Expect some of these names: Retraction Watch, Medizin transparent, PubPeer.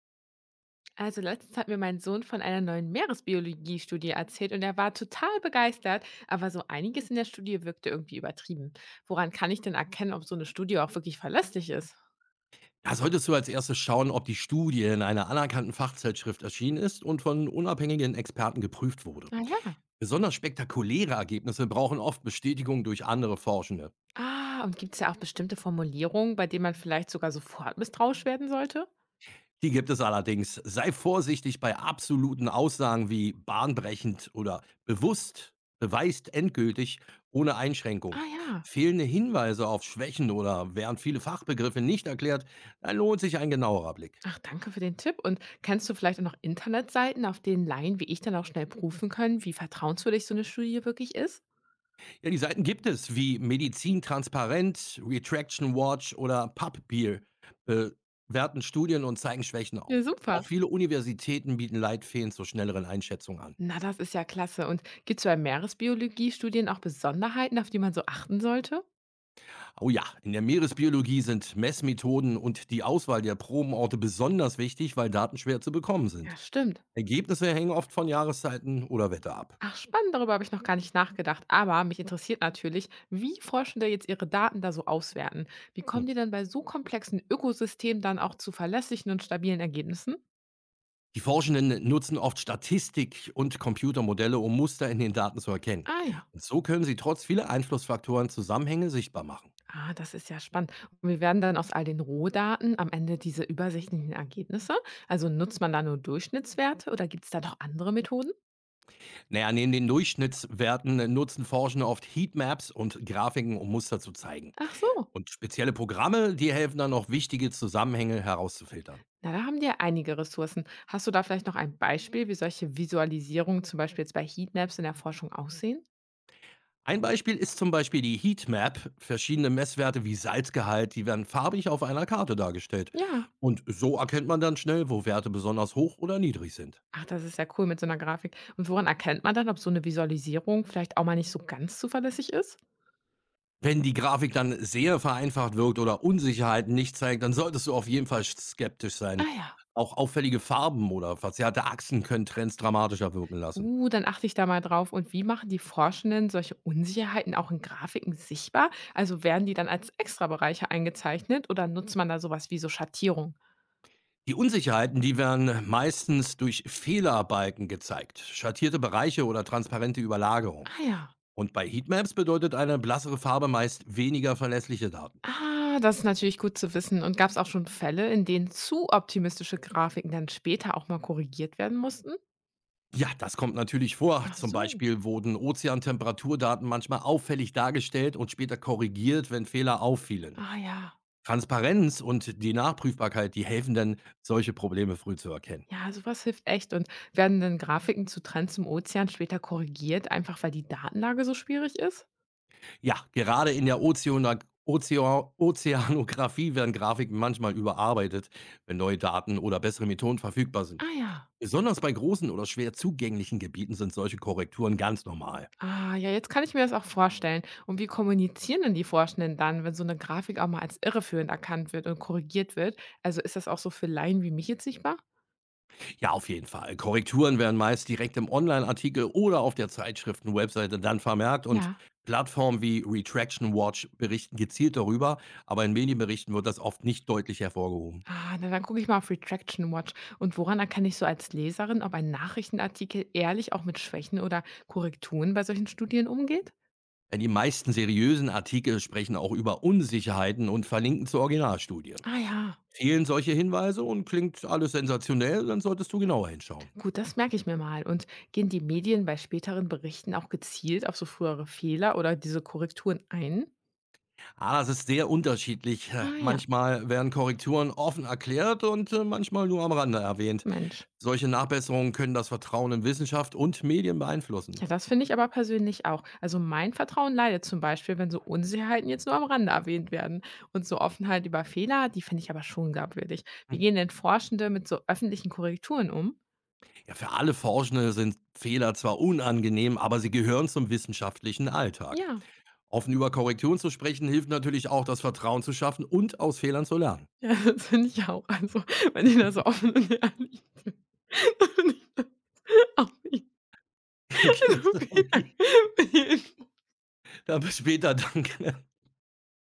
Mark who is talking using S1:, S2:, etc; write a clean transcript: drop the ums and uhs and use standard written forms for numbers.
S1: Also letztens hat mir mein Sohn von einer neuen Meeresbiologie-Studie erzählt und er war total begeistert, aber so einiges in der Studie wirkte irgendwie übertrieben. Woran kann ich denn erkennen, ob so eine Studie auch wirklich verlässlich ist?
S2: Da solltest du als erstes schauen, ob die Studie in einer anerkannten Fachzeitschrift erschienen ist und von unabhängigen Experten geprüft wurde.
S1: Ah ja.
S2: Besonders spektakuläre Ergebnisse brauchen oft Bestätigung durch andere Forschende.
S1: Ah, und gibt es ja auch bestimmte Formulierungen, bei denen man vielleicht sogar sofort misstrauisch werden sollte?
S2: Die gibt es allerdings. Sei vorsichtig bei absoluten Aussagen wie bahnbrechend oder bewusst, beweist endgültig, ohne Einschränkung.
S1: Ah ja.
S2: Fehlende Hinweise auf Schwächen oder während viele Fachbegriffe nicht erklärt, dann lohnt sich ein genauerer Blick.
S1: Ach, danke für den Tipp. Und kennst du vielleicht auch noch Internetseiten, auf denen Laien wie ich dann auch schnell prüfen können, wie vertrauenswürdig so eine Studie wirklich ist?
S2: Ja, die Seiten gibt es wie Medizin transparent, Retraction Watch oder PubPeer äh, werten Studien und zeigen Schwächen auf.
S1: Ja, super.
S2: Auch viele Universitäten bieten Leitfäden zur schnelleren Einschätzung an.
S1: Na, das ist ja klasse. Und gibt es bei Meeresbiologie-Studien auch Besonderheiten, auf die man so achten sollte?
S2: Oh ja, in der Meeresbiologie sind Messmethoden und die Auswahl der Probenorte besonders wichtig, weil Daten schwer zu bekommen
S1: Ja,
S2: sind.
S1: stimmt.
S2: Ergebnisse hängen oft von Jahreszeiten oder Wetter ab.
S1: Ach, spannend, darüber habe ich noch gar nicht nachgedacht. Aber mich interessiert natürlich, wie Forschende jetzt ihre Daten da so auswerten. Wie kommen die denn bei so komplexen Ökosystemen dann auch zu verlässlichen und stabilen Ergebnissen?
S2: Die Forschenden nutzen oft Statistik und Computermodelle, um Muster in den Daten zu erkennen.
S1: Ah ja.
S2: Und so können sie trotz vieler Einflussfaktoren Zusammenhänge sichtbar machen.
S1: Ah, das ist ja spannend. Und wir werden dann aus all den Rohdaten am Ende diese übersichtlichen Ergebnisse. Also nutzt man da nur Durchschnittswerte oder gibt es da noch andere Methoden?
S2: Naja, neben den Durchschnittswerten nutzen Forschende oft Heatmaps und Grafiken, um Muster zu zeigen.
S1: Ach so.
S2: Und spezielle Programme, die helfen dann auch, wichtige Zusammenhänge herauszufiltern.
S1: Na, da haben die ja einige Ressourcen. Hast du da vielleicht noch ein Beispiel, wie solche Visualisierungen zum Beispiel jetzt bei Heatmaps in der Forschung aussehen?
S2: Ein Beispiel ist zum Beispiel die Heatmap. Verschiedene Messwerte wie Salzgehalt, die werden farbig auf einer Karte dargestellt.
S1: Ja.
S2: Und so erkennt man dann schnell, wo Werte besonders hoch oder niedrig sind.
S1: Ach, das ist ja cool mit so einer Grafik. Und woran erkennt man dann, ob so eine Visualisierung vielleicht auch mal nicht so ganz zuverlässig ist?
S2: Wenn die Grafik dann sehr vereinfacht wirkt oder Unsicherheiten nicht zeigt, dann solltest du auf jeden Fall skeptisch sein.
S1: Ah ja.
S2: Auch auffällige Farben oder verzerrte Achsen können Trends dramatischer wirken lassen.
S1: Dann achte ich da mal drauf. Und wie machen die Forschenden solche Unsicherheiten auch in Grafiken sichtbar? Also werden die dann als Extrabereiche eingezeichnet oder nutzt man da sowas wie so Schattierung?
S2: Die Unsicherheiten, die werden meistens durch Fehlerbalken gezeigt, schattierte Bereiche oder transparente Überlagerung.
S1: Ah ja.
S2: Und bei Heatmaps bedeutet eine blassere Farbe meist weniger verlässliche Daten.
S1: Ah, das ist natürlich gut zu wissen. Und gab es auch schon Fälle, in denen zu optimistische Grafiken dann später auch mal korrigiert werden mussten?
S2: Ja, das kommt natürlich vor.
S1: Ach
S2: Zum
S1: so.
S2: Beispiel wurden Ozeantemperaturdaten manchmal auffällig dargestellt und später korrigiert, wenn Fehler auffielen.
S1: Ah ja.
S2: Transparenz und die Nachprüfbarkeit, die helfen dann, solche Probleme früh zu erkennen.
S1: Ja, sowas hilft echt. Und werden denn Grafiken zu Trends im Ozean später korrigiert, einfach weil die Datenlage so schwierig ist?
S2: Ja, gerade in der Ozeonag Ozea Ozeanographie werden Grafiken manchmal überarbeitet, wenn neue Daten oder bessere Methoden verfügbar
S1: Ah
S2: sind.
S1: ja.
S2: Besonders bei großen oder schwer zugänglichen Gebieten sind solche Korrekturen ganz normal.
S1: Ah ja, jetzt kann ich mir das auch vorstellen. Und wie kommunizieren denn die Forschenden dann, wenn so eine Grafik auch mal als irreführend erkannt wird und korrigiert wird? Also, ist das auch so für Laien wie mich jetzt sichtbar?
S2: Ja, auf jeden Fall. Korrekturen werden meist direkt im Online-Artikel oder auf der Zeitschriften-Webseite dann vermerkt und
S1: Ja.
S2: Plattformen wie Retraction Watch berichten gezielt darüber, aber in Medienberichten wird das oft nicht deutlich hervorgehoben.
S1: Ah, na dann gucke ich mal auf Retraction Watch. Und woran erkenne ich so als Leserin, ob ein Nachrichtenartikel ehrlich auch mit Schwächen oder Korrekturen bei solchen Studien umgeht?
S2: Denn die meisten seriösen Artikel sprechen auch über Unsicherheiten und verlinken zur Originalstudie.
S1: Ah ja,
S2: Fehlen solche Hinweise und klingt alles sensationell, dann solltest du genauer hinschauen.
S1: gut, das merke ich mir mal. Und gehen die Medien bei späteren Berichten auch gezielt auf so frühere Fehler oder diese Korrekturen ein?
S2: Ah, das ist sehr unterschiedlich.
S1: Ah ja,
S2: Manchmal werden Korrekturen offen erklärt und manchmal nur am Rande erwähnt.
S1: Mensch.
S2: Solche Nachbesserungen können das Vertrauen in Wissenschaft und Medien beeinflussen.
S1: Ja, das finde ich aber persönlich auch. Also mein Vertrauen leidet zum Beispiel, wenn so Unsicherheiten jetzt nur am Rande erwähnt werden. Und so Offenheit über Fehler, die finde ich aber schon glaubwürdig. Wie
S2: Hm.
S1: gehen denn Forschende mit so öffentlichen Korrekturen um?
S2: Ja, für alle Forschende sind Fehler zwar unangenehm, aber sie gehören zum wissenschaftlichen Alltag.
S1: Ja,
S2: Offen über Korrekturen zu sprechen, hilft natürlich auch, das Vertrauen zu schaffen und aus Fehlern zu lernen.
S1: ja, das finde ich auch. Also, wenn die da so offen und ehrlich sind. Und ich- auch nicht.
S2: Okay,
S1: Also, vielen Dank
S2: sorry.
S1: für die
S2: Aber später, danke.